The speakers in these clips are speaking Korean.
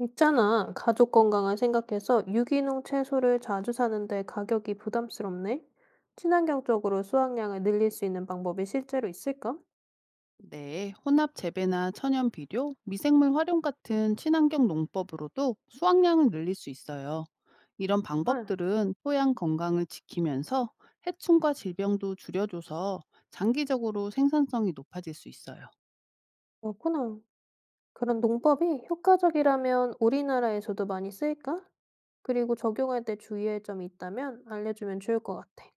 있잖아, 가족 건강을 생각해서 유기농 채소를 자주 사는데 가격이 부담스럽네? 친환경적으로 수확량을 늘릴 수 있는 방법이 실제로 있을까? 네, 혼합 재배나 천연 비료, 미생물 활용 같은 친환경 농법으로도 수확량을 늘릴 수 있어요. 이런 아, 방법들은 토양 건강을 지키면서 해충과 질병도 줄여줘서 장기적으로 생산성이 높아질 수 있어요. 그렇구나. 그런 농법이 효과적이라면 우리나라에서도 많이 쓰일까? 그리고 적용할 때 주의할 점이 있다면 알려주면 좋을 것 같아.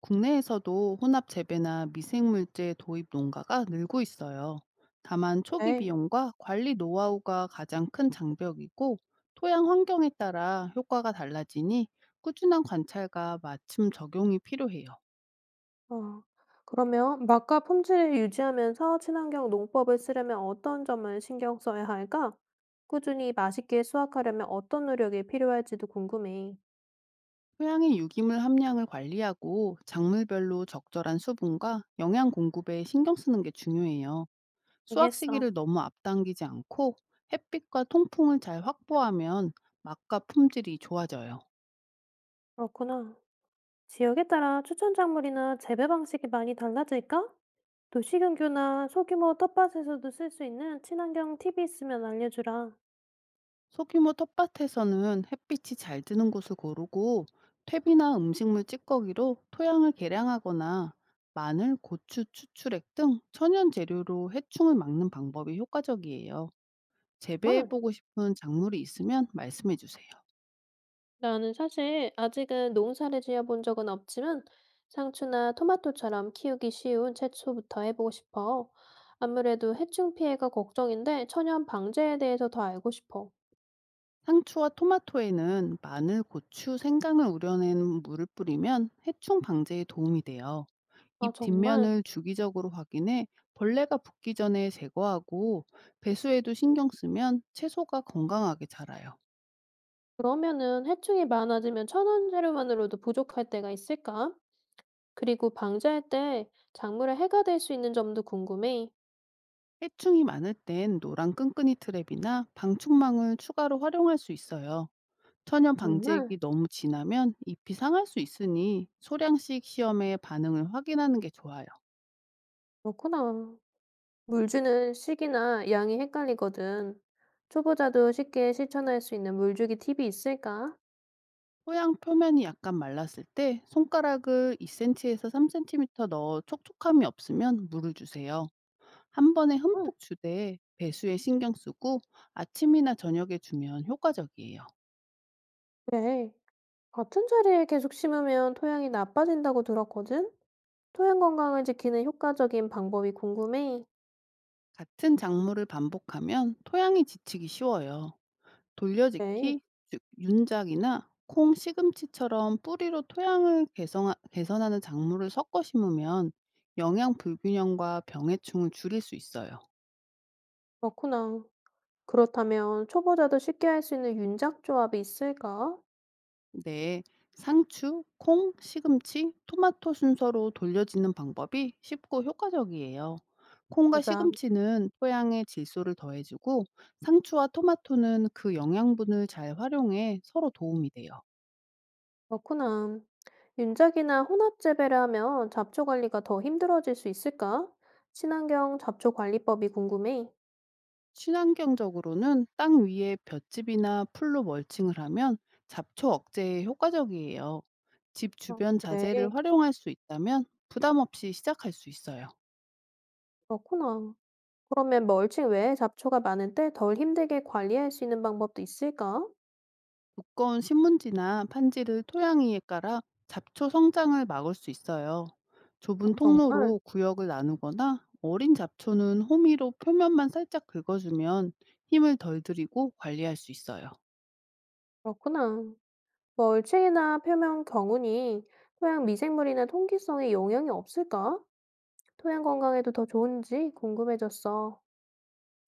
국내에서도 혼합 재배나 미생물제 도입 농가가 늘고 있어요. 다만 초기 네. 비용과 관리 노하우가 가장 큰 장벽이고 토양 환경에 따라 효과가 달라지니 꾸준한 관찰과 맞춤 적용이 필요해요. 어. 그러면 맛과 품질을 유지하면서 친환경 농법을 쓰려면 어떤 점을 신경 써야 할까? 꾸준히 맛있게 수확하려면 어떤 노력이 필요할지도 궁금해. 토양의 유기물 함량을 관리하고 작물별로 적절한 수분과 영양 공급에 신경 쓰는 게 중요해요. 수확 알겠어. 시기를 너무 앞당기지 않고 햇빛과 통풍을 잘 확보하면 맛과 품질이 좋아져요. 그렇구나. 지역에 따라 추천 작물이나 재배 방식이 많이 달라질까? 도시근교나 소규모 텃밭에서도 쓸 수 있는 친환경 팁이 있으면 알려주라. 소규모 텃밭에서는 햇빛이 잘 드는 곳을 고르고 퇴비나 음식물 찌꺼기로 토양을 개량하거나 마늘, 고추, 추출액 등 천연 재료로 해충을 막는 방법이 효과적이에요. 정말? 재배해보고 싶은 작물이 있으면 말씀해주세요. 나는 사실 아직은 농사를 지어본 적은 없지만 상추나 토마토처럼 키우기 쉬운 채소부터 해보고 싶어. 아무래도 해충 피해가 걱정인데 천연 방제에 대해서 더 알고 싶어. 상추와 토마토에는 마늘, 고추, 생강을 우려낸 물을 뿌리면 해충 방제에 도움이 돼요. 아, 잎 정말? 뒷면을 주기적으로 확인해 벌레가 붙기 전에 제거하고 배수에도 신경 쓰면 채소가 건강하게 자라요. 그러면은 해충이 많아지면 천연 재료만으로도 부족할 때가 있을까? 그리고 방제할 때 작물에 해가 될 수 있는 점도 궁금해. 해충이 많을 땐 노란 끈끈이 트랩이나 방충망을 추가로 활용할 수 있어요. 천연 정말? 방제액이 너무 진하면 잎이 상할 수 있으니 소량씩 시험에 반응을 확인하는 게 좋아요. 그렇구나. 물 주는 시기나 양이 헷갈리거든. 초보자도 쉽게 실천할 수 있는 물 주기 팁이 있을까? 토양 표면이 약간 말랐을 때 손가락을 2cm에서 3cm 넣어 촉촉함이 없으면 물을 주세요. 한 번에 응, 흠뻑 주되 배수에 신경 쓰고 아침이나 저녁에 주면 효과적이에요. 그래. 같은 자리에 계속 심으면 토양이 나빠진다고 들었거든? 토양 건강을 지키는 효과적인 방법이 궁금해. 같은 작물을 반복하면 토양이 지치기 쉬워요. 그래. 돌려짓기, 즉 윤작이나 콩, 시금치처럼 뿌리로 토양을 개선하는 작물을 섞어 심으면 영양 불균형과 병해충을 줄일 수 있어요. 그렇구나. 그렇다면 초보자도 쉽게 할 수 있는 윤작 조합이 있을까? 네, 상추, 콩, 시금치, 토마토 순서로 돌려지는 방법이 쉽고 효과적이에요. 콩과 맞아. 시금치는 토양의 질소를 더해주고 상추와 토마토는 그 영양분을 잘 활용해 서로 도움이 돼요. 그렇구나. 윤작이나 혼합 재배를 하면 잡초 관리가 더 힘들어질 수 있을까? 친환경 잡초 관리법이 궁금해. 친환경적으로는 땅 위에 볏짚이나 풀로 멀칭을 하면 잡초 억제에 효과적이에요. 집 아, 주변 그래. 자재를 활용할 수 있다면 부담 없이 시작할 수 있어요. 그렇구나. 그러면 멀칭 외에 잡초가 많을 때 덜 힘들게 관리할 수 있는 방법도 있을까? 두꺼운 신문지나 판지를 토양위에 깔아 잡초 성장을 막을 수 있어요. 아, 좁은 정말? 통로로 구역을 나누거나 어린 잡초는 호미로 표면만 살짝 긁어주면 힘을 덜 들이고 관리할 수 있어요. 그렇구나. 멀칭이나 표면 경운이 토양 미생물이나 통기성에 영향이 없을까? 토양 건강에도 더 좋은지 궁금해졌어.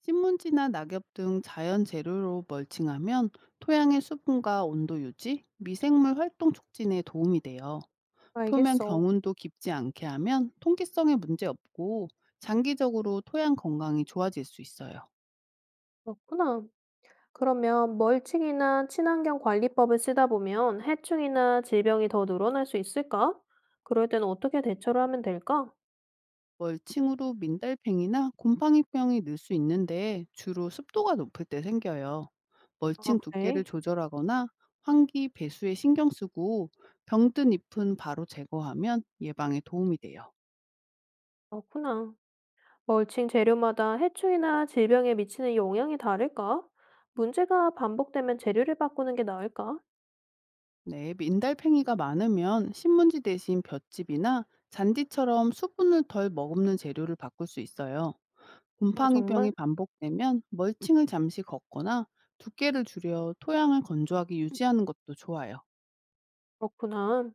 신문지나 낙엽 등 자연 재료로 멀칭하면 토양의 수분과 온도 유지, 미생물 활동 촉진에 도움이 돼요. 표면 알겠어. 경운도 깊지 않게 하면 통기성에 문제 없고 장기적으로 토양 건강이 좋아질 수 있어요. 그렇구나. 그러면 멀칭이나 친환경 관리법을 쓰다 보면 해충이나 질병이 더 늘어날 수 있을까? 그럴 때는 어떻게 대처를 하면 될까? 월칭으로 민달팽이나 곰팡이병이 늘 수 있는데 주로 습도가 높을 때 생겨요. 아, 멀칭 두께를 그래. 조절하거나 환기 배수에 신경 쓰고 병든 잎은 바로 제거하면 예방에 도움이 돼요. 그렇구나. 멀칭 재료마다 해충이나 질병에 미치는 영향이 다를까? 문제가 반복되면 재료를 바꾸는 게 나을까? 네, 민달팽이가 많으면 신문지 대신 볏짚이나 잔디처럼 수분을 덜 머금는 재료를 바꿀 수 있어요. 아, 정말? 곰팡이병이 반복되면 멀칭을 잠시 걷거나 두께를 줄여 토양을 건조하게 유지하는 것도 좋아요. 그렇구나.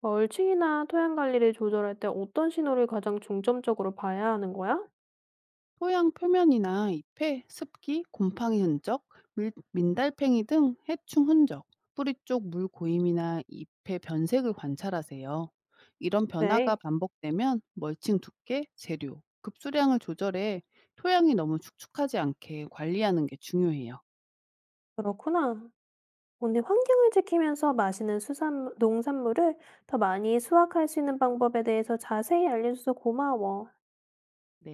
멀칭이나 토양 관리를 조절할 때 어떤 신호를 가장 중점적으로 봐야 하는 거야? 토양 표면이나 잎에 습기, 곰팡이 흔적, 민달팽이 등 해충 흔적, 뿌리 쪽 물 고임이나 잎의 변색을 관찰하세요. 이런 변화가 네, 반복되면 멀칭 두께, 재료, 급수량을 조절해 토양이 너무 축축하지 않게 관리하는 게 중요해요. 그렇구나. 오늘 환경을 지키면서 마시는 수산, 농산물을 더 많이 수확할 수 있는 방법에 대해서 자세히 알려줘서 고마워.